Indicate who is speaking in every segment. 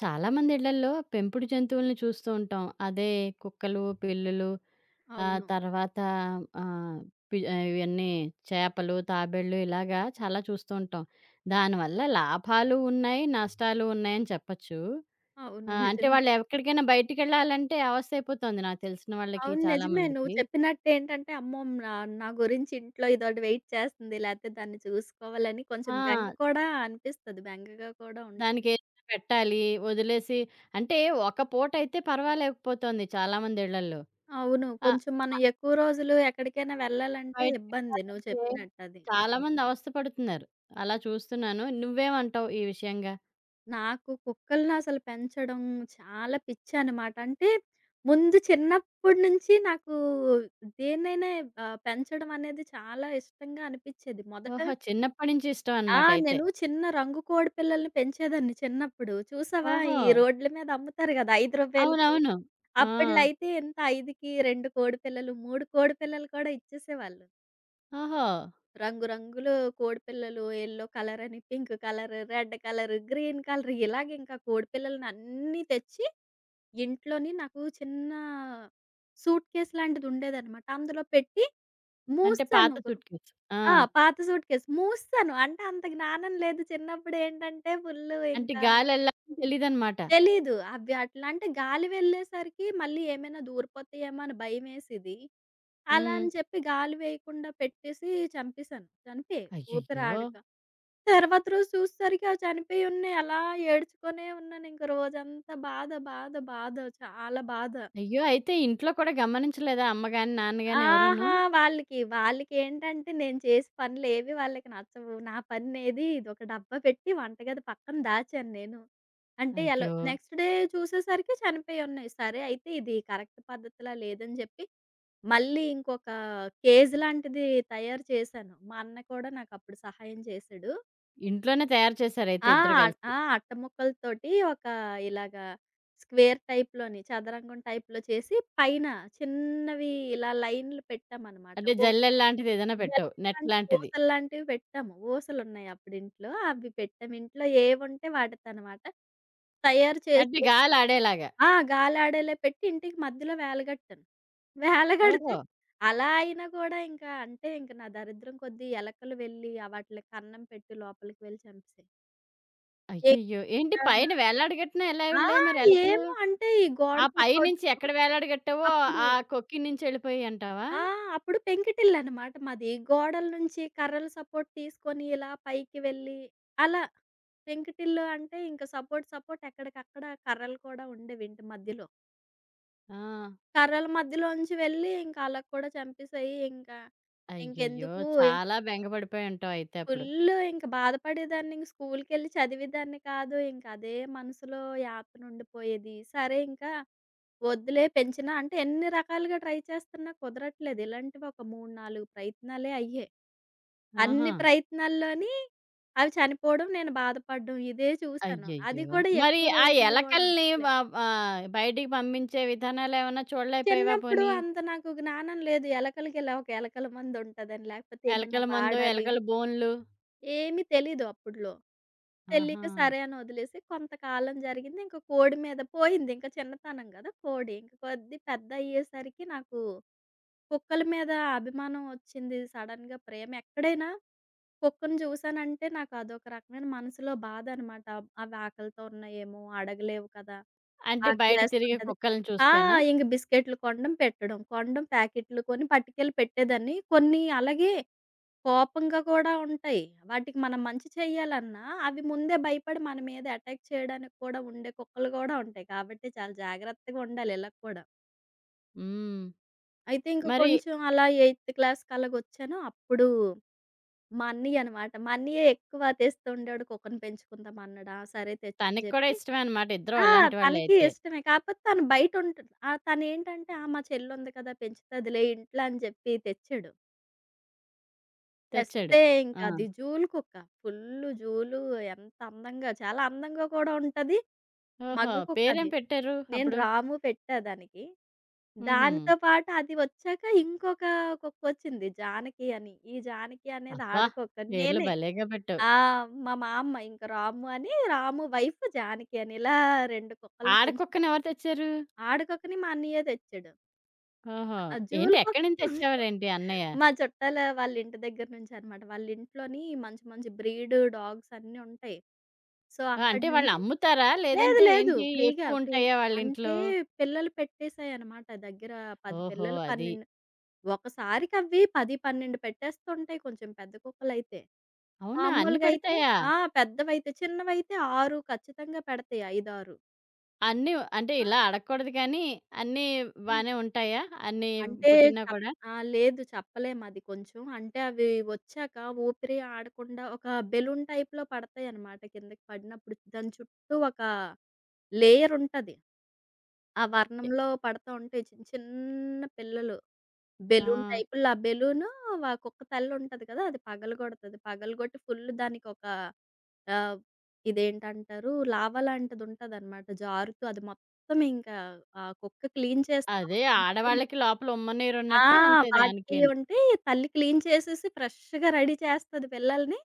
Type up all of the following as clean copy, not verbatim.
Speaker 1: చాలా మంది ఇళ్లల్లో పెంపుడు జంతువుల్ని చూస్తూ ఉంటాం. అదే కుక్కలు, పిల్లులు.
Speaker 2: అవును.
Speaker 1: తర్వాత ఆహ్, ఇవన్నీ చేపలు, తాబేళ్ళు ఇలాగా చాలా చూస్తూ ఉంటాం. దానివల్ల లాభాలు ఉన్నాయి, నష్టాలు ఉన్నాయని చెప్పచ్చు.
Speaker 2: అవును.
Speaker 1: అంటే
Speaker 2: నిజమే.
Speaker 1: వాళ్ళు ఎక్కడికైనా బయటికెళ్ళాలంటే అవస్థ అయిపోతుంది నాకు తెలిసిన వాళ్ళకి
Speaker 2: అవును.
Speaker 1: చాలా
Speaker 2: నిజమే. నువ్వు
Speaker 1: మందికి.
Speaker 2: చెప్పినట్టేంటంటే, అమ్మో! నా నా గురించి ఇంట్లో ఇదోటి వెయిట్ చేస్తుంది. లేతే దాన్ని చూసుకోవాలని కొంచెం బెంగ
Speaker 1: ఆ!
Speaker 2: కూడా అనిపిస్తది. బెంగగా కూడా ఉంటది.
Speaker 1: దానికేదైనా పెట్టాలి, వదిలేసి అంటే ఒక పూటైతే పర్వాలేకపోతోంది చాలా మంది ఇళ్లల్లో.
Speaker 2: అవును.
Speaker 1: ఆ!
Speaker 2: కొంచెం మనం ఎక్కువ రోజులు ఎక్కడికైనా వెళ్ళాలంటే ఇబ్బంది నువ్వు
Speaker 1: బయటికెళ్ళాలంటే
Speaker 2: చెప్పినట్టది.
Speaker 1: చాలామంది అవస్థ పడుతున్నారు. అలా చూస్తున్నాను. నువ్వేమంటావు ఈ విషయంగా?
Speaker 2: నాకు కుక్కలను అసలు పెంచడం చాలా పిచ్చనమాట. అంటే ముందు చిన్నప్పటి నుంచి నాకు దేన్నైనా పెంచడం అనేది చాలా ఇష్టంగా అనిపిచ్చేది. మొదట
Speaker 1: ఓహో! చిన్నప్పటి నుంచి ఇష్టం
Speaker 2: ఆ!
Speaker 1: అనమాట అయితే.
Speaker 2: నేను చిన్న రంగు కోడి పిల్లల్ని పెంచేదాన్ని చిన్నప్పుడు. చూసావా?
Speaker 1: ఓహో!
Speaker 2: ఈ రోడ్ల మీద అమ్ముతారు గదా! రూ. 5కి.
Speaker 1: అవునవును. ఆ!
Speaker 2: అప్పట్లో అయితే ఎంత 5కి 2 కోడి పిల్లలు, 3 కోడి పిల్లలు కూడా ఇచ్చేసేవాళ్ళు.
Speaker 1: ఓహో!
Speaker 2: రంగు రంగులు కోడి పిల్లలు యెల్లో కలర్ అని, pink colour, red colour, green colour ఇలాగ ఇంకా కోడి పిల్లలని అన్నీ తెచ్చి ఇంట్లోని నాకు చిన్న సూట్‌కేస్ లాంటిది ఉండేదన్నమాట. అందులో పెట్టి
Speaker 1: అంటే పాత
Speaker 2: మూసేసాను.
Speaker 1: సూట్‌కేస్. ఆ!
Speaker 2: పాత సూట్‌కేస్. మూసేశాను. అంటే అంత జ్ఞానం లేదు. చిన్నప్పుడేంటంటే ఫుల్లు
Speaker 1: అంటే
Speaker 2: ఇంకా
Speaker 1: గాలెళ్ళాలని తెలీదనమాట.
Speaker 2: తెలీదు. అవి అట్లా అంటే గాలి వెళ్ళేసరికి మళ్ళీ ఏమైనా దూరిపోతాయేమో అని భయమేసిది. అలా
Speaker 1: హ్మ్.
Speaker 2: అని చెప్పి గాలి వేయకుండా పెట్టేసి చంపేశాను. చనిపోయాయి
Speaker 1: అయ్యయ్యో!
Speaker 2: ఊపిరాడక. తర్వాత రోజు చూసేసరికి అవి చనిపోయి ఉన్నాయి. అలా ఏడ్చుకునే ఉన్నాను. ఇంక రోజంతా బాధ, బాధ, బాధ చాలా బాధ.
Speaker 1: అయ్యో! అయితే ఇంట్లో కూడా గమనించలేదా అమ్మ గాని, నాన్న గాని ఎవరూను?
Speaker 2: ఆహా! వాళ్ళకి, వాళ్ళకేంటంటే నేను చేసే పనులేవి వాళ్ళకి నచ్చవు. నా పనేది ఇదొక డబ్బా పెట్టి వంటగది పక్కన దాచాను నేను. అంటే ఎలా
Speaker 1: అయ్యో!
Speaker 2: నెక్స్ట్ డే చూసేసరికి చనిపోయి ఉన్నాయి. సరే అయితే ఇది కరెక్ట్ పద్ధతిలా లేదని చెప్పి మళ్ళీ ఇంకొక కేజ్ లాంటిది తయారు చేశాను. మా అన్న కూడా నాకప్పుడు సహాయం చేశాడు.
Speaker 1: ఇంట్లోనే తయారు చేశారయితే
Speaker 2: ఆ!
Speaker 1: ఇద్దరు కలిసి.
Speaker 2: ఆ! అట్ట ముక్కలతోటి ఒక ఇలాగా స్క్వేర్ టైప్‌లోని చదరంగం టైప్‌లో చేసి పైన చిన్నవి ఇలా లైన్‌లు పెట్టామనమాట.
Speaker 1: అంటే
Speaker 2: ఓ
Speaker 1: జల్లెల్లాంటిది ఏదైనా పెట్టావు. నెట్
Speaker 2: జల్లెడలాంటి
Speaker 1: లాంటిది.
Speaker 2: ఊసల్లాంటివి పెట్టాము. ఊసలున్నాయి అప్పుడింట్లో. అవి పెట్టాము. ఇంట్లో ఏవుంటే వాటితనమాట. తయారు చేసి
Speaker 1: అంటే గాలాడేలాగా.
Speaker 2: గాలాడేలా పెట్టి ఇంటికి మధ్యలో వేలగట్టాను. వేలగడితే
Speaker 1: ఓహో!
Speaker 2: అలా అయినా కూడా ఇంకా అంటే ఇంక నా దరిద్రం కొద్దీ ఎలకలు వెళ్ళి ఆ వాటిలకి అన్నం పెట్టి లోపలికి వెళ్ళి చంపేసాయి.
Speaker 1: అయ్యయ్యో! ఏంటి పైన
Speaker 2: ఇంకా
Speaker 1: వేలాడగట్టిన ఎలా
Speaker 2: ఆ!
Speaker 1: వెళ్ళాయి మరి ఎలకలు?
Speaker 2: ఏమో అంటే ఈ గోడ
Speaker 1: ఆ పైనుంచి
Speaker 2: సపోర్ట్‌తో
Speaker 1: ఎక్కడ వేలాడగట్టావో
Speaker 2: అప్పుడు
Speaker 1: ఆ కొక్కి నుంచి ఎళ్ళిపోయాయంటావా?
Speaker 2: ఆ! అప్పుడు పెంకుటిల్లనమాట మాది. గోడల నుంచి కర్రలు సపోర్ట్ తీసుకొని ఇలా పైకి వెళ్ళి అలా. పెంకుటిల్లు అంటే ఇంక సపోర్ట్ సపోర్ట్ ఎక్కడికక్కడ కర్రలు కూడా ఉండేవింటి మధ్యలో.
Speaker 1: ఆ!
Speaker 2: కర్రల మధ్యలోంచి వెళ్ళి ఇంకా అలగ కూడా చంపేసాయి. ఇంకా
Speaker 1: అయ్యయ్యో!
Speaker 2: ఇంకెందుకు
Speaker 1: చాలా బెంగ పడిపోయుంటావు అయితే అప్పుడు.
Speaker 2: ఫుల్లు ఇంక బాధపడేదాన్ని. ఇంక స్కూలుకెళ్ళి చదివేదాన్ని కాదు. ఇంక అదే మనసులో యాతన ఉండిపోయేది. సరే ఇంకా వద్దులే పెంచినా అంటే ఎన్ని రకాలుగా ట్రై చేస్తున్నా కుదరట్లేదు. ఇలాంటివి ఒక 3, 4 ప్రయత్నాలే అయ్యాయి.
Speaker 1: ఆహా!
Speaker 2: అన్ని ప్రయత్నాల్లోని అవి చనిపోవడం, నేను బాధపడడం ఇదే చూసాను. అది
Speaker 1: అయ్యయ్యో!
Speaker 2: కూడా
Speaker 1: మరి
Speaker 2: ఎక్కువ
Speaker 1: ఆ
Speaker 2: రోజులు గూడా
Speaker 1: ఎలకల్ని వ
Speaker 2: ఉండట్లేదు.
Speaker 1: ఆహ్, బయటికి పంపించే విధానాలేమన్నా చూడలేకపోయావా
Speaker 2: చిన్నప్పుడు
Speaker 1: పోనీ?
Speaker 2: అంత నాకు జ్ఞానం లేదు. ఎలకలకి ఇలా ఒక ఎలకల మందుంటదని, లేకపోతే ఏమైనా
Speaker 1: ఎలకల మందో,
Speaker 2: వాడాలి.
Speaker 1: ఎలకల బోనులు.
Speaker 2: ఏమీ తెలీదు అప్పుడ్లో.
Speaker 1: ఆహా!
Speaker 2: తెలియక సరే అని వదిలేసి కొంతకాలం జరిగింది. ఇంక కోడి మీద పోయింది. ఇంక చిన్నతనం గదా! కోడి. ఇంక కొద్ది పెద్దయ్యేసరికి నాకు కుక్కల మీద అభిమానం వచ్చింది. సడెన్‌గా ప్రేమ ఎక్కడైనా కుక్కను చూసానంటే నాకు అదొక రకమైన మనసులో బాధ అనమాట. అవి ఆకలితో ఉన్నాయేమో అడగలేవు కదా!
Speaker 1: అంటే బయట తిరిగే
Speaker 2: ఆకలేస్తుంటది.
Speaker 1: కుక్కల్ని
Speaker 2: ఆ!
Speaker 1: చూస్తేనా?
Speaker 2: ఇంక బిస్కెట్లు కొనడం, పెట్టడం, కొనడం, ప్యాకెట్లు కొని పట్టుకెళ్ళి పెట్టేదాన్ని. కొన్ని అలాగే కోపంగా కూడా ఉంటాయి. వాటికి మనం మంచి చేయాలన్నా అవి ముందే భయపడి మన మీద అటాక్ చేయడానికి కూడా ఉండే కుక్కలు గూడా ఉంటాయి. కాబట్టి చాలా జాగ్రత్తగా ఉండాలి ఇలా కూడా.
Speaker 1: హ్మ్.
Speaker 2: అయితే ఇంక
Speaker 1: మరి
Speaker 2: కొంచెం అలా ఎయిత్ క్లాస్‌కి అలాగొచ్చాను. అప్పుడు మా అన్నయ్య అనమాట. మా అన్నయ్యే ఎక్కువ తెస్తుండాడు. కుక్కని పెంచుకుందాం అన్నాడా, సరే తెచ్చని
Speaker 1: తనకి కూడా
Speaker 2: జెప్పి
Speaker 1: ఇష్టమే అనమాట. ఇద్దరు
Speaker 2: ఆ!
Speaker 1: అలాంటి వాళ్ళే
Speaker 2: తనకి
Speaker 1: అయితే.
Speaker 2: ఇష్టమే. కాకపోతే తను బయటుంటది. తనేంటంటే ఆ! మా చెల్లుంది కదా! పెంచుతదిలే ఇంట్లో అని జెప్పి తెచ్చాడు.
Speaker 1: తెచ్చాడు.
Speaker 2: తెస్తే ఇంక
Speaker 1: ఆ!
Speaker 2: అది జూలు కుక్క. ఫుల్లు జూలు ఎంత అందంగా చాలా అందంగా కూడా ఉంటది. మగ
Speaker 1: ఓహో!
Speaker 2: కుక్క
Speaker 1: పేరేం
Speaker 2: అది.
Speaker 1: పెట్టారు
Speaker 2: నేను
Speaker 1: అప్పుడు?
Speaker 2: రాము పెట్టా దానికి.
Speaker 1: హుహు.
Speaker 2: దానితో పాటు అది వచ్చాక ఇంకొక కుక్కొచ్చింది జానకి అని. ఈ జానకి అనేది
Speaker 1: అబ్బా!
Speaker 2: ఆడకుక్క.
Speaker 1: పేర్లు
Speaker 2: నేనే
Speaker 1: భలేగా పెట్టావు.
Speaker 2: ఆ! మా మామ ఇంక రాము అని, రాము వైఫ్ జానకి అని ఇలా 2 కుక్కల్ని పెంచి
Speaker 1: ఆడకుక్కనెవరు తెచ్చారు?
Speaker 2: ఆడకుక్కని మా అన్నయ్య తెచ్చాడు.
Speaker 1: ఓహో!
Speaker 2: ఆ
Speaker 1: ఏంటి
Speaker 2: జూలు
Speaker 1: ఎక్కడి
Speaker 2: కుక్క
Speaker 1: నుంచి తెచ్చేవారేంటి అన్నయ్య?
Speaker 2: మా చుట్టాల వాళ్ళ ఇంటి దగ్గర నుంచి అన్నమాట. వాళ్ళ ఇంట్లోని మంచి మంచి బ్రీడ్ డాగ్స్ అన్నీ ఉంటాయి. సో, అక్కడి
Speaker 1: అంటే వాళ్ళు
Speaker 2: నుంచి
Speaker 1: అమ్ముతారా?
Speaker 2: లేదు
Speaker 1: లేదంటే
Speaker 2: లేదు.
Speaker 1: ఏంటి
Speaker 2: ఫ్రీగా ఫ్రీ
Speaker 1: ఎక్కువుంటాయా
Speaker 2: అంటే
Speaker 1: వాళ్ళింట్లో?
Speaker 2: పిల్లలు పెట్టేసాయన్నమాట. దగ్గర 10
Speaker 1: ఓహో!
Speaker 2: పిల్లలు
Speaker 1: అది.
Speaker 2: 12 ఒకసారికి అవి 10, 12 పెట్టేస్తుంటాయి కొంచెం పెద్ద కుక్కలైతే.
Speaker 1: అవునా! అన్ని
Speaker 2: మామూలుగా అయితే
Speaker 1: పెడతాయా?
Speaker 2: పెద్దవైతే. చిన్నవైతే 6 ఖచ్చితంగా పెడతాయి. 5, 6.
Speaker 1: అన్నీ అంటే
Speaker 2: ఆ!
Speaker 1: ఇలా అడగకూడదు కానీ, అన్నీ
Speaker 2: హ్మ్.
Speaker 1: బానే ఉంటాయా? అన్నీ
Speaker 2: అంటే
Speaker 1: పుట్టినా
Speaker 2: చెప్
Speaker 1: కూడా?
Speaker 2: ఆ! లేదు చెప్పలేం అది కొంచెం. అంటే అవి వచ్చాక ఊపిరి ఆడకుండా ఒక బెలూన్ టైప్‌లో పడతాయన్నమాట కిందకి పడినప్పుడు. దాని చుట్టూ ఒక లేయరుంటది. ఆ
Speaker 1: ఎ
Speaker 2: వర్ణంలో పడతా ఉంటాయి చిన్న చిన్న పిల్లలు.
Speaker 1: ఆ!
Speaker 2: బెలూన్ టైప్‌లో. ఆ బెలూను వ కుక్క తల్లుంటది కదా! అది పగలగొడతది. పగలగొట్టి ఫుల్ దానికొక ఆహ్, ఇదేంటంటారు? లావా లాంటిదుంటదనమాట. జారుతూ అది మొత్తం ఇంకా ఆ కుక్క క్లీన్ చేస్తూ
Speaker 1: అదే
Speaker 2: ఉంటుంది పైన.
Speaker 1: ఆడవాళ్ళకి లోపల
Speaker 2: ఆ!
Speaker 1: ఉమ్మనీరున్నట్టే అంతే
Speaker 2: వాటికి
Speaker 1: దానికేను.
Speaker 2: ఉంటే తల్లి క్లీన్ చేసేసి ఫ్రెష్‌గా రెడీ చేస్తది పిల్లల్ని.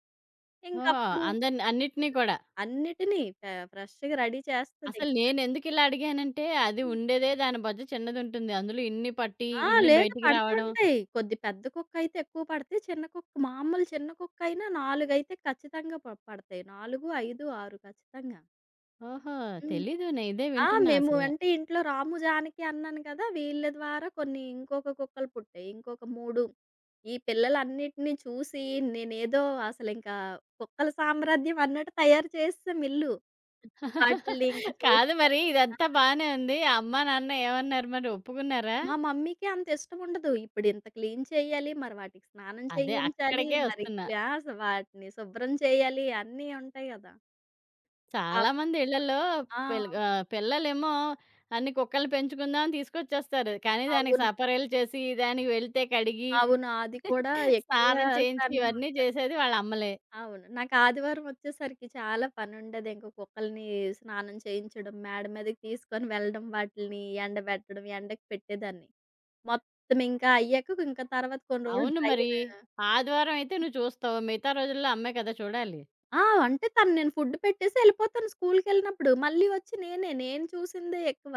Speaker 1: ఓహో!
Speaker 2: ఇంకప్పుడు
Speaker 1: అందరిని అన్నిటిని కూడా.
Speaker 2: అన్నిటిని ఫ్రెష్‌గా రెడీ
Speaker 1: అసలు
Speaker 2: చేస్తదింక
Speaker 1: నేనెందుకిలా అడిగానంటే, అది
Speaker 2: తల్లి.
Speaker 1: ఉండేదే దాని బొజ్జ చిన్నదుంటుంది. అందులో ఇన్ని పట్టి, ఇన్ని
Speaker 2: లేదు
Speaker 1: బయటికి రావడం.
Speaker 2: పడుతుంటాయి. కొద్ది పెద్ద కుక్కయితే ఎక్కువ పడతాయి. చిన్న కుక్క మామూలు చిన్న కుక్కయినా 4 అయితే ఖచ్చితంగా పడతాయి. 4, 5, 6 ఖచ్చితంగా.
Speaker 1: ఓహో!
Speaker 2: హ్మ్.
Speaker 1: తెలీదు. నేను ఇదే వింటున్నా
Speaker 2: మేము
Speaker 1: అసల.
Speaker 2: అంటే ఇంట్లో రాము, జానకి అన్నాను కదా! వీళ్ళ ద్వారా కొన్ని ఇంకొక కుక్కలు పుట్టాయి. ఇంకొక 3 ఈ పిల్లలన్నిటిని చూసి నేనేదో అసలింకా కుక్కల సామ్రాజ్యం అన్నట్టు తయారు చేసేసాం ఇల్లు. వాటిల్ని ఇంక
Speaker 1: కాదు
Speaker 2: చూసుకో
Speaker 1: మరి ఇదంతా బానే ఉంది. ఆ అమ్మా, నాన్న ఏమన్నారు మరి ఒప్పుకున్నారా?
Speaker 2: మా మమ్మీకి అంత ఇష్టముండదు. ఇప్పుడింత క్లీన్ చేయాలి, మరి వాటికి స్నానం
Speaker 1: అదే
Speaker 2: చేయించాలి,
Speaker 1: అక్కడికే
Speaker 2: మరి
Speaker 1: ఒస్తున్నా.
Speaker 2: క్లాస్ వాటిని శుభ్రం చేయాలి అన్నీ ఉంటాయి గదా! ఆప్
Speaker 1: చాలామంది ఇళ్ళల్లో
Speaker 2: ఆ!
Speaker 1: పిల్లలేమో అన్ని కుక్కలు పెంచుకుందాం అని తీసుకొచ్చేస్తారు. కానీ దానికి
Speaker 2: అవును.
Speaker 1: సపరేలు చేసి, దానికి వెళ్తే కడిగి,
Speaker 2: అవును. అది కూడా ఎక్కువ
Speaker 1: స్నానం చేయించి
Speaker 2: సమయం
Speaker 1: ఇవన్నీ చేసేది వాళ్ళ అమ్మలే.
Speaker 2: అవును. నాకు ఆదివారం ఒచ్చేసరికి చాలా పనుండేది. ఇంక కుక్కల్ని స్నానం చేయించడం, మేడ మీదకి తీసుకొని వెళ్ళడం, వాటిల్ని ఎండబెట్టడం, ఎండకి పెట్టేదాన్ని. మొత్తం ఇంకా అయ్యాక ఇంక తర్వాత కొన్ని రోజులు
Speaker 1: అవును మరి.
Speaker 2: డ్రైయర్
Speaker 1: ఆదివారం అయితే నువ్వు చూస్తావు. మిగతా రోజుల్లో అమ్మే కదా చూడాలి.
Speaker 2: ఆ! అంటే తను నేను ఫుడ్ పెట్టేసి ఎళ్ళిపోతాను స్కూల్‌కెళ్ళినప్పుడు. మళ్ళీ వచ్చి నేనే. నేను చూసిందే ఎక్కువ.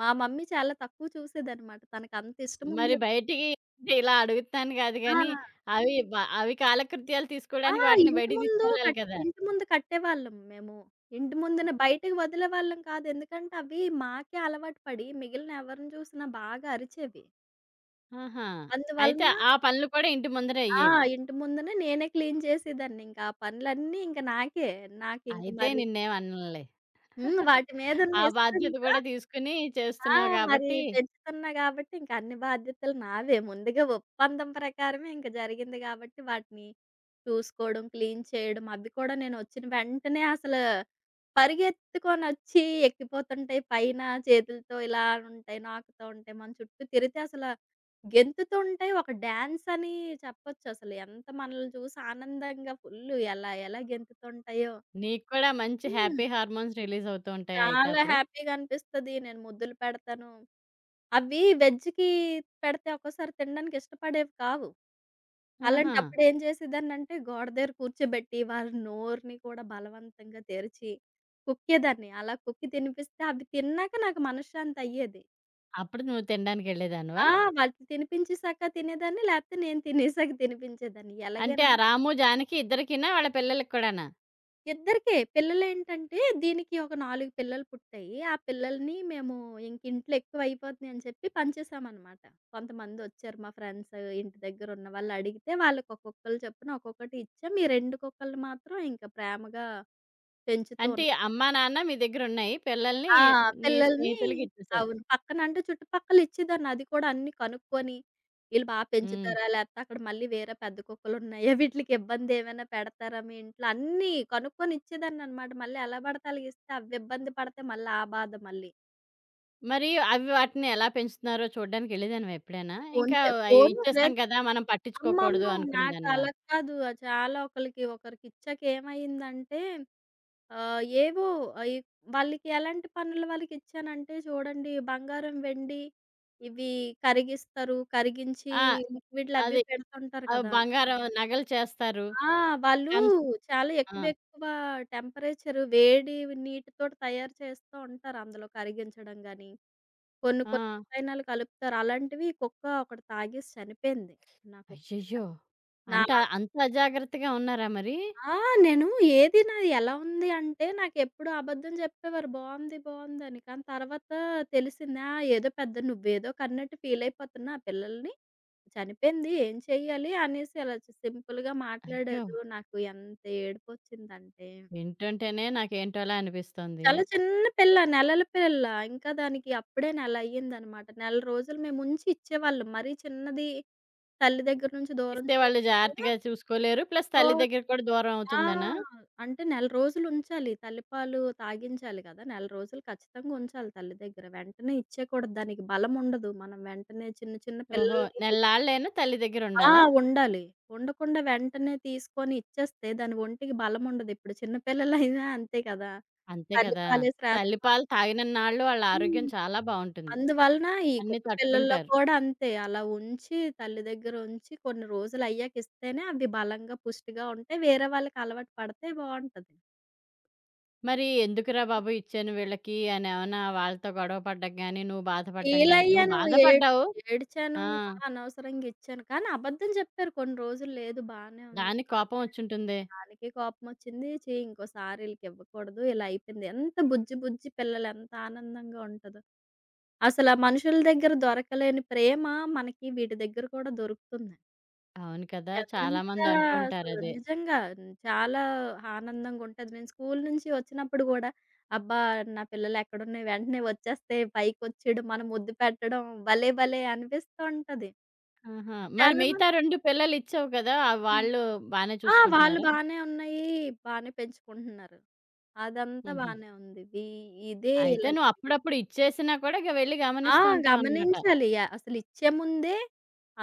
Speaker 2: మా మమ్మీ చాలా తక్కువ చూసేదనమాట. తనకంత
Speaker 1: మరి
Speaker 2: ఇష్టముండేది.
Speaker 1: బయటికి అంటే ఇలా అడుగుతున్నాను కాదు
Speaker 2: ఆ!
Speaker 1: గానీ, అవి బ అవి కాలకృత్యాలు
Speaker 2: ఆ!
Speaker 1: తీసుకోవడానికి వాటిని బయటికి తీసుకెళ్ళాలి కదా!
Speaker 2: ఇంటి ముందు కట్టేవాళ్ళం మేము. ఇంటి ముందున బయటకి వదిలేవాళ్ళం కాదు. ఎందుకంటే అవి మాకే అలవాటు పడి మిగిలిన ఎవరిని చూసినా బాగా అరిచేవి.
Speaker 1: ఆహా! అయితే
Speaker 2: అందువలన
Speaker 1: ఆ పనులు కూడా ఇంటి ముందరే
Speaker 2: ఆ!
Speaker 1: అయ్యేవి.
Speaker 2: ఇంటి ముందునే నేనే క్లీన్ చేసేదాన్ని. ఇంకా ఆ పనులన్నీ ఇంక నాకే. నాకింక
Speaker 1: అయితే
Speaker 2: మరి
Speaker 1: నిన్నేం అననులే.
Speaker 2: హ్మ్. వాటి మీదున్న
Speaker 1: ఆ బాధ్యత
Speaker 2: ఇష్టంతో
Speaker 1: కూడా తీసుకొని
Speaker 2: ఆ!
Speaker 1: చేస్తున్నావు
Speaker 2: మరి
Speaker 1: కాబట్టి,
Speaker 2: పెంచుతున్నా గాబట్టి ఇంక అన్ని బాధ్యతలు నావే. ముందుగా ఒప్పందం ప్రకారమే ఇంక జరిగింది గాబట్టి వాటిని చూసుకోవడం, క్లీన్ చేయడం అవి కూడా నేనొచ్చిన వెంటనే అసలు పరిగెత్తుకొనొచ్చి ఎక్కిపోతుంటాయి పైన. చేతులతో ఇలా ఉంటాయి, నాకుతూ ఉంటాయి. మన చుట్టూ తిరిగితే అసల గెంతుతూ ఉంటాయి. ఒక డాన్స్ అని చెప్పొచ్చసలు. ఎంత మనల్ని చూసి ఆనందంగా ఫుల్లు ఎలా ఎలా గెంతుతుంటాయో.
Speaker 1: నీకు కూడా మంచి
Speaker 2: హ్మ్.
Speaker 1: హ్యాపీ హార్మోన్స్ రిలీజ్ అవుతూ ఉంటాయా అయితే
Speaker 2: చాలా
Speaker 1: అప్పుడు?
Speaker 2: హ్యాపీగా అనిపిస్తది. నేను ముద్దులు పెడతాను. అవి వెజ్‌కి పెడితే ఒక్కోసారి తినడానికి ఇష్టపడేవి కావు.
Speaker 1: ఆహా!
Speaker 2: అలాంటప్పుడు ఏం చేసేదాన్నంటే గోడ దగ్గర కూర్చోబెట్టి, వారి నోరుని కూడా బలవంతంగా తెరిచి కుక్కేదాన్ని. అలా కుక్కి తినిపిస్తే అవి తిన్నాక నాకు మనశ్శాంతి అయ్యేది.
Speaker 1: అప్పుడు నువ్వు తినడానికెళ్ళేదానివా?
Speaker 2: ఆ! వాటిని తినిపించేసాక తినేదాన్ని, లేకపోతే నేను తినేసాక తినిపించేదాన్ని.
Speaker 1: అంటే ఆ
Speaker 2: ఎలాగేనంటే
Speaker 1: రాము, జానకి ఇద్దరికీనా? వాళ్ళ పిల్లలకి కూడానా?
Speaker 2: ఇద్దరికే. పిల్లలేంటంటే దీనికి ఒక 4 పిల్లలు పుట్టాయి. ఆ పిల్లల్ని మేము ఇంక ఇంట్లో ఎక్కువైపోతుంది అని చెప్పి పంచేసామనమాట. కొంతమందొచ్చారు మా ఫ్రెండ్స్, ఇంటి దగ్గరున్న వాళ్ళడిగితే వాళ్ళకి ఒక్కొక్కళ్ళు చొప్పున ఒక్కొక్కటి ఇచ్చాం. ఈ 2 కుక్కల్ని మాత్రం ఇంక ప్రేమగా పెంచుతూ
Speaker 1: అంటే
Speaker 2: ఉన్నాం.
Speaker 1: అమ్మా, నాన్న మీ దగ్గరున్నాయి. పిల్లల్ని
Speaker 2: ఆ!
Speaker 1: నీ
Speaker 2: పిల్లల్ని
Speaker 1: స్నేహితులకిచ్చేసావు.
Speaker 2: అవును. పక్కనంటే చుట్టుపక్కల ఇచ్చేదాన్ని. అది కూడా అన్నీ కనుక్కొని, ఈళ్ళు బా
Speaker 1: హ్మ్.
Speaker 2: పెంచుతారా? లేపోతే అక్కడ మళ్ళీ వేరే పెద్ద కుక్కలున్నాయా? వీటిలికి ఇబ్బందేమైనా పెడతారా మీ ఇంట్లో? అన్నీ కనుక్కొని ఇచ్చేదాన్ననమాట. మళ్ళీ ఎలా పడితే అలాగిస్తే అవి ఇబ్బంది పడితే మళ్ళీ ఆ బాధ మళ్ళీ.
Speaker 1: మరి అవి వాటిని ఎలా పెంచుతున్నారో చూడ్డానికెళ్ళేదానివా ఎప్పుడైనా? ఇంకా అయ్యో!
Speaker 2: ఫోను
Speaker 1: ఇచ్చేసాం
Speaker 2: లేదు.
Speaker 1: కదా! మనం పట్టించుకోకూడదు
Speaker 2: అమ్మమ్మో! నాకు
Speaker 1: అనుకునేదానివా?
Speaker 2: అలా కాదు. చాలా ఒకళ్ళకి ఒకరికిచ్చాక ఏమైందంటే ఏవో అయి వాళ్ళకి ఎలాంటి పనులు వాళ్ళకిచ్చానంటే చూడండి, బంగారం, వెండి ఇవి కరిగిస్తారు. కరిగించి
Speaker 1: ఆ!
Speaker 2: లిక్విడ్‌లవి
Speaker 1: అది.
Speaker 2: పెడుతుంటారు కదా!
Speaker 1: బంగారం నగలు చేస్తారు.
Speaker 2: ఆ! వాళ్ళు
Speaker 1: కంస్
Speaker 2: చాలా
Speaker 1: ఆ!
Speaker 2: ఎక్కువెక్కువ టెంపరేచర్ వేడి నీటితోటి తయారు చేస్తూ ఉంటారు. అందులో కరిగించడం గాని, కొన్ని కొన్ని
Speaker 1: ఆ!
Speaker 2: రసాయనాలు కలుపుతారు. అలాంటివి కుక్క ఒకటి తాగేసి చనిపోయింది. నా కుక్కపిల్ల.
Speaker 1: అయ్యయ్యో!
Speaker 2: నా
Speaker 1: అంట అంత అజాగ్రత్తగా ఉన్నారా మరి?
Speaker 2: ఆ! నేను ఏది నాది ఎలా ఉంది అంటే, నాకెప్పుడు అబద్ధం జెప్పేవారు బావుంది, బావుంది అని. కానీ తర్వాత తెలిసింది. ఆ! ఏదో పెద్ద నువ్వేదో కన్నట్టు ఫీలయిపోతున్నా ఆ పిల్లలని. చనిపోయింది ఏం చెయ్యాలి అనేసి అలా సింపుల్‌గా
Speaker 1: అయ్యో!
Speaker 2: మాట్లాడారు. నాకు ఎంత ఏడుపొచ్చిందంటే,
Speaker 1: వింటుంటేనే నాకేంటోలా అనిపిస్తోంది.
Speaker 2: చాలా చిన్న పిల్ల, నెలల పిల్ల. ఇంకా దానికి అప్పుడే నెల అయ్యిందనమాట. నెల రోజులు మేముంచి ఇచ్చేవాళ్ళం. మరీ చిన్నది తల్లి దగ్గర నుంచి దూరం
Speaker 1: ఇస్తే వాళ్ళు
Speaker 2: చేయడం
Speaker 1: జాగ్రత్తగా చూసుకోలేరు. ప్లస్ తల్లి
Speaker 2: కూడా
Speaker 1: దగ్గర కూడా దూరం
Speaker 2: ఆ!
Speaker 1: అవుతుందనా?
Speaker 2: అంటే నెల రోజులుంచాలి. తల్లిపాలు తాగించాలి కదా! నెల రోజులు ఖచ్చితంగా ఉంచాలి తల్లి దగ్గర. వెంటనే ఇచ్చేయకూడదు. దానికి బలముండదు. మనం వెంటనే చిన్న చిన్న
Speaker 1: ఓహో!
Speaker 2: పిల్లల్ని
Speaker 1: నెలలాళ్ళైనా తల్లి
Speaker 2: ఆ!
Speaker 1: దగ్గరుండాలా?
Speaker 2: ఉండాలి. ఉండకుండా వెంటనే తీసుకొని ఇచ్చేస్తే దాని ఒంటికి బలముండదు. ఇప్పుడు చిన్న పిల్లలైనా అంతే కదా!
Speaker 1: అంతే కదా!
Speaker 2: తల్లిపాలే
Speaker 1: తల్లి పాలు
Speaker 2: శ్రేష్టమంటారు.
Speaker 1: తాగినన్నాళ్ళు వాళ్ళ ఆరోగ్యం
Speaker 2: హ్మ్.
Speaker 1: చాలా బావుంటుంది.
Speaker 2: అందువలన ఈ
Speaker 1: అన్నీ
Speaker 2: కుక్క పిల్లల్లో
Speaker 1: తట్టుకుంటారు.
Speaker 2: కూడా అంతే. అలా ఉంచి తల్లి దగ్గర ఉంచి కొన్ని రోజులయ్యాక ఇస్తేనే అవి బలంగా, పుష్టిగా ఉంటాయి. వేరే వాళ్ళకి అలవాటు పడితే బావుంటది.
Speaker 1: మరి ఎందుకురా బాబు ఇచ్చాను వీళ్ళకి అనేమన్నా వాళ్ళతో గొడవ పడడం గాని, నువ్వు బాధపడడం గాని నువ్వు
Speaker 2: ఫీలయ్యాను. ఏడ్
Speaker 1: బాధపడ్డావు.
Speaker 2: ఏడ్చాను.
Speaker 1: ఆ!
Speaker 2: అనవసరంగా ఇచ్చాను. కానీ అబద్ధం చెప్పారు కొన్ని రోజులు. లేదు బానే ఉంది.
Speaker 1: దానికి
Speaker 2: ఆ!
Speaker 1: కోపం వచ్చుంటుందే!
Speaker 2: దానికి కోపమొచ్చింది. ఛీ! ఇంకోసారి ఈళ్ళకి ఇవ్వకూడదు. ఇలా అయిపోయింది. ఎంత బుజ్జి బుజ్జి పిల్లలు ఎంత ఆనందంగా ఉంటదో. అసల మనుషుల దగ్గర దొరకలేని ప్రేమ మనకి వీటి దగ్గర కూడా దొరుకుతుంది.
Speaker 1: అవును కదా! చాలా
Speaker 2: ఎంత
Speaker 1: మంది అంటూ
Speaker 2: అసలు
Speaker 1: ఉంటారదే.
Speaker 2: నిజంగా చాలా ఆనందంగుంటది. నేను స్కూలు నుంచి వచ్చినప్పుడు గూడా, అబ్బా! నా పిల్లలెక్కడున్నాయి వెంటనే వచ్చేస్తాయి, పైకొచ్చేయడం, మనం ముద్దు పెట్టడం భలే భలే అనిపిస్తూ ఉంటది.
Speaker 1: ఆహా! మరి
Speaker 2: చాలా
Speaker 1: మిగతా
Speaker 2: మంది
Speaker 1: 2 పిల్లలిచ్చావు కదా!
Speaker 2: హ్మ్.
Speaker 1: వాళ్ళు బానే
Speaker 2: వాళ్ళు
Speaker 1: చూసుకుంటున్నారా?
Speaker 2: బానే ఉన్నాయి, బానే పెంచుకుంటున్నారు. అదంతా
Speaker 1: హుహు.
Speaker 2: బానే ఉంది. వీ ఇదే
Speaker 1: అయితే
Speaker 2: ఇలా
Speaker 1: నువ్వు
Speaker 2: జరిగింది.
Speaker 1: అప్పుడప్పుడు ఇచ్చేసినా కూడా ఇక వెళ్లి
Speaker 2: ఆ!
Speaker 1: గమనిస్తూ ఉంటావనమాట.
Speaker 2: గమనించాలి. యాహ్! అసలిచ్చే ముందే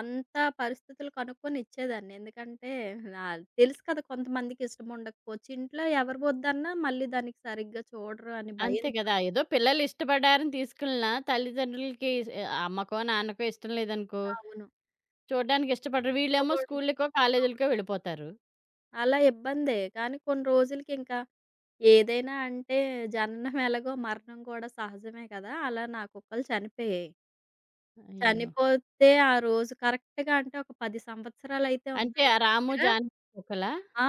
Speaker 2: అంత పరిస్థితులు కనుక్కొని ఇచ్చేదాన్ని. ఎందుకంటే నా తెలుసు కదా! కొంతమందికి ఇష్టం ఉండకపోవచ్చు. ఇంట్లో ఎవరు వద్దన్నా మళ్ళీ దానికి సరిగ్గా చూడరు అని
Speaker 1: అంతే
Speaker 2: భయంతో
Speaker 1: కదా! ఏదో పిల్లలు ఇష్టపడారని తీసుకెళ్ళినా తల్లిదండ్రులకి ఇస్ అమ్మకో, నాన్నకో ఇష్టం లేదనుకో,
Speaker 2: అవును.
Speaker 1: చూడడానికి ఇష్టపడరు. వీళ్ళేమో
Speaker 2: చూడరు.
Speaker 1: స్కూలుకో, కాలేజీలకో
Speaker 2: అవును.
Speaker 1: వెళ్ళిపోతారు.
Speaker 2: అలా ఇబ్బందే. కానీ కొన్ని రోజులకి ఇంకా ఏదైనా అంటే జననం ఎలాగో మరణం కూడా సహజమే కదా! అలా నా కుక్కలు చనిపోయాయి.
Speaker 1: అయ్యో!
Speaker 2: చనిపోతే ఆ రోజు కరెక్ట్‌గా అంటే ఒక 10 సంవత్సరాలయితే
Speaker 1: అంటే
Speaker 2: ఉన్నాయి
Speaker 1: ఆ
Speaker 2: నా
Speaker 1: 'రాము
Speaker 2: దగ్గర.
Speaker 1: జానకి' ఒకలా?
Speaker 2: ఆ!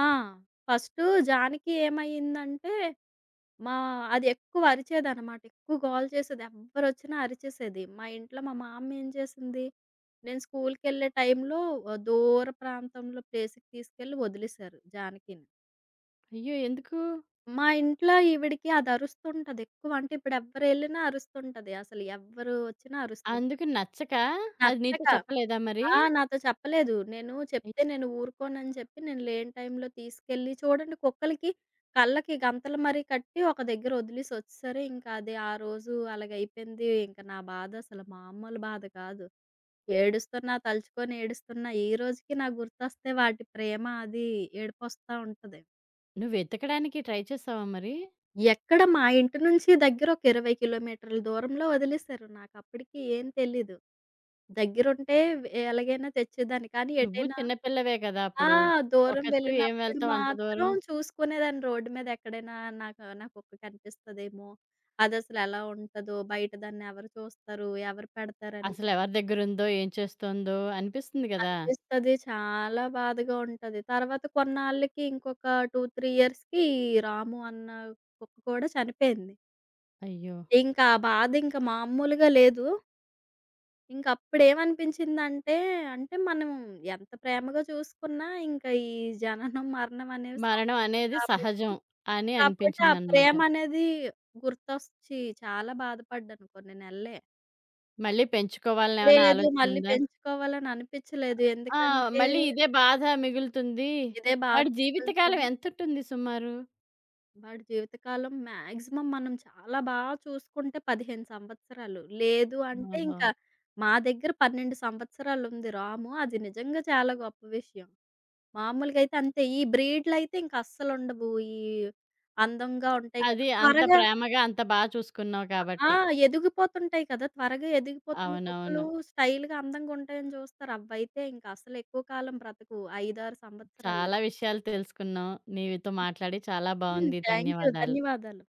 Speaker 2: ఫస్టు జానకి ఏమయ్యిందంటే, మా అది ఎక్కువ అరిచేదనమాట. ఎక్కువ గోల చేసేది. ఎవ్వరొచ్చినా అరిచేసేది. మా ఇంట్లో మా మామ ఏం చేసింది, నేను స్కూల్‌కెళ్ళే టైంలో దూర ప్రాంతంలో ప్లేస్‌కి తీసుకెళ్ళి వదిలేశారు జానకిని.
Speaker 1: అయ్యో! ఎందుకు?
Speaker 2: మా ఇంట్లో ఈవిడకి అది అరుస్తుంటది ఎక్కువ. అంటే ఇప్పుడు ఎవ్వరెళ్ళినా అరుస్తుంటది. అసలు ఎవ్వరు వచ్చినా అరుస్తుంటది.
Speaker 1: అందుకు నచ్చకా? అది నీతో
Speaker 2: నచ్చక.
Speaker 1: చెప్పలేదా మరి?
Speaker 2: నాతో చెప్పలేదు. నేను
Speaker 1: అయ్
Speaker 2: చెప్తే నేను ఊరుకోనని చెప్పి నేను లేని టైంలో తీసుకెళ్ళి చూడండి కుక్కలకి కళ్ళకి గంతలు మరీ కట్టి ఒక దగ్గర వదిలేసొచ్చేసారు. ఇంకా అది ఆ రోజు అలాగైపోయింది. ఇంకా నా బాధ అసలు మామూలు బాధ కాదు. ఏడుస్తున్నా, తలుచుకొని ఏడుస్తున్నా. ఈ రోజుకి నాకు గుర్తొస్తే వాటి ప్రేమ అది ఏడుపొస్తా ఉంటది.
Speaker 1: నువ్వు వెతకడానికి ట్రై చేసావా మరి?
Speaker 2: ఎక్కడ మా ఇంటి నుంచి దగ్గర ఒక 20 కిలోమీటర్ల దూరంలో వదిలేసారు. నాకప్పటికి ఏం తెలీదు. దగ్గరుంటే ఎలాగైనా తెచ్చేదాన్ని. కానీ
Speaker 1: నువ్వు
Speaker 2: ఎటైనా
Speaker 1: చిన్న పిల్లవే కదా!
Speaker 2: ఆ!
Speaker 1: అప్పుడు.
Speaker 2: దూరం
Speaker 1: ఒకతివి ఏం
Speaker 2: వెళ్ళినప్పుడు
Speaker 1: వెళ్తావు అంత
Speaker 2: మాత్రం
Speaker 1: దూరం?
Speaker 2: చూసుకునేదాన్ని రోడ్డు మీద ఎక్కడైనా నాకు నా కుక్క కనిపిస్తదేమో! అదసలెలా ఉంటదో! బయట దాన్నెవరు చూస్తారు? ఎవరు పెడతారని
Speaker 1: అసలెవరి దగ్గరుందో, ఏం చేస్తోందో అనిపిస్తుంది గదా!
Speaker 2: అనిపిస్తది. చాలా బాధగా ఉంటది. తర్వాత కొన్నాళ్ళకి ఇంకొక 2, 3 ఇయర్స్‌కి రాము అన్న కుక్క కూడా చనిపోయింది.
Speaker 1: అయ్యో!
Speaker 2: ఇంకా ఆ బాధ ఇంక మామూలుగా లేదు. ఇంకప్పుడేమనిపించిందంటే, అంటే మనం ఎంత ప్రేమగా చూసుకున్నా ఇంకా ఈ జననం, మరణం అనేవి సమం
Speaker 1: మరణం అనేది
Speaker 2: కాబట్టి
Speaker 1: సహజం అని
Speaker 2: కాపోతే ఆ
Speaker 1: అనిపించిందనమాట.
Speaker 2: ప్రేమనేది గుర్తొచ్చి చాలా బాధపడ్డాను కొన్ని నెలలే.
Speaker 1: మళ్ళీ పెంచుకోవాలని ఏమైనా
Speaker 2: లేదు మళ్ళీ
Speaker 1: ఆలోచనుందా?
Speaker 2: పెంచుకోవాలని అనిపిచ్చలేదు.
Speaker 1: ఆ!
Speaker 2: ఎందుకంటే
Speaker 1: మళ్ళీ ఇదే బాధ మిగులుతుంది.
Speaker 2: ఇదే బాధ
Speaker 1: వాడి జీవితకాలం
Speaker 2: మిగులుతది.
Speaker 1: ఎంతుంటుంది సుమారు?
Speaker 2: వాడి జీవితకాలం మాక్సిమం మనం చాలా బా చూసుకుంటే 15 సంవత్సరాలు. లేదు అంటే
Speaker 1: ఓహో!
Speaker 2: ఇంకా మా దగ్గర 12 సంవత్సరాలుంది రాము. అది నిజంగా చాలా గొప్ప విషయం. మామూలుగా అయితే అంతే. ఈ బ్రీడ్‌లయితే ఇంక అస్సలుండవు. ఈ అందంగా ఉంటాయి కదా!
Speaker 1: అది అంత
Speaker 2: త్వరగా
Speaker 1: ప్రేమగా అంత బా చూసుకున్నావు
Speaker 2: ఆ!
Speaker 1: కాబట్టి.
Speaker 2: ఎదిగిపోతుంటాయి కదా! త్వరగా ఎదిగిపోతున్న కుక్కలు
Speaker 1: అవునవును.
Speaker 2: స్టైల్‌గా అందంగా ఉంటాయని చూస్తారు. అవైతే ఇంక అసలు ఎక్కువ కాలం బ్రతకవు. 5, 6 సంవత్సరాలు.
Speaker 1: చాలా విషయాలు తెలుసుకున్నాం. నీవితో మాట్లాడి చాలా
Speaker 2: హ్మ్.
Speaker 1: బావుంది.
Speaker 2: Thank you.
Speaker 1: ధన్యవాదాలు.
Speaker 2: ధన్యవాదాలు.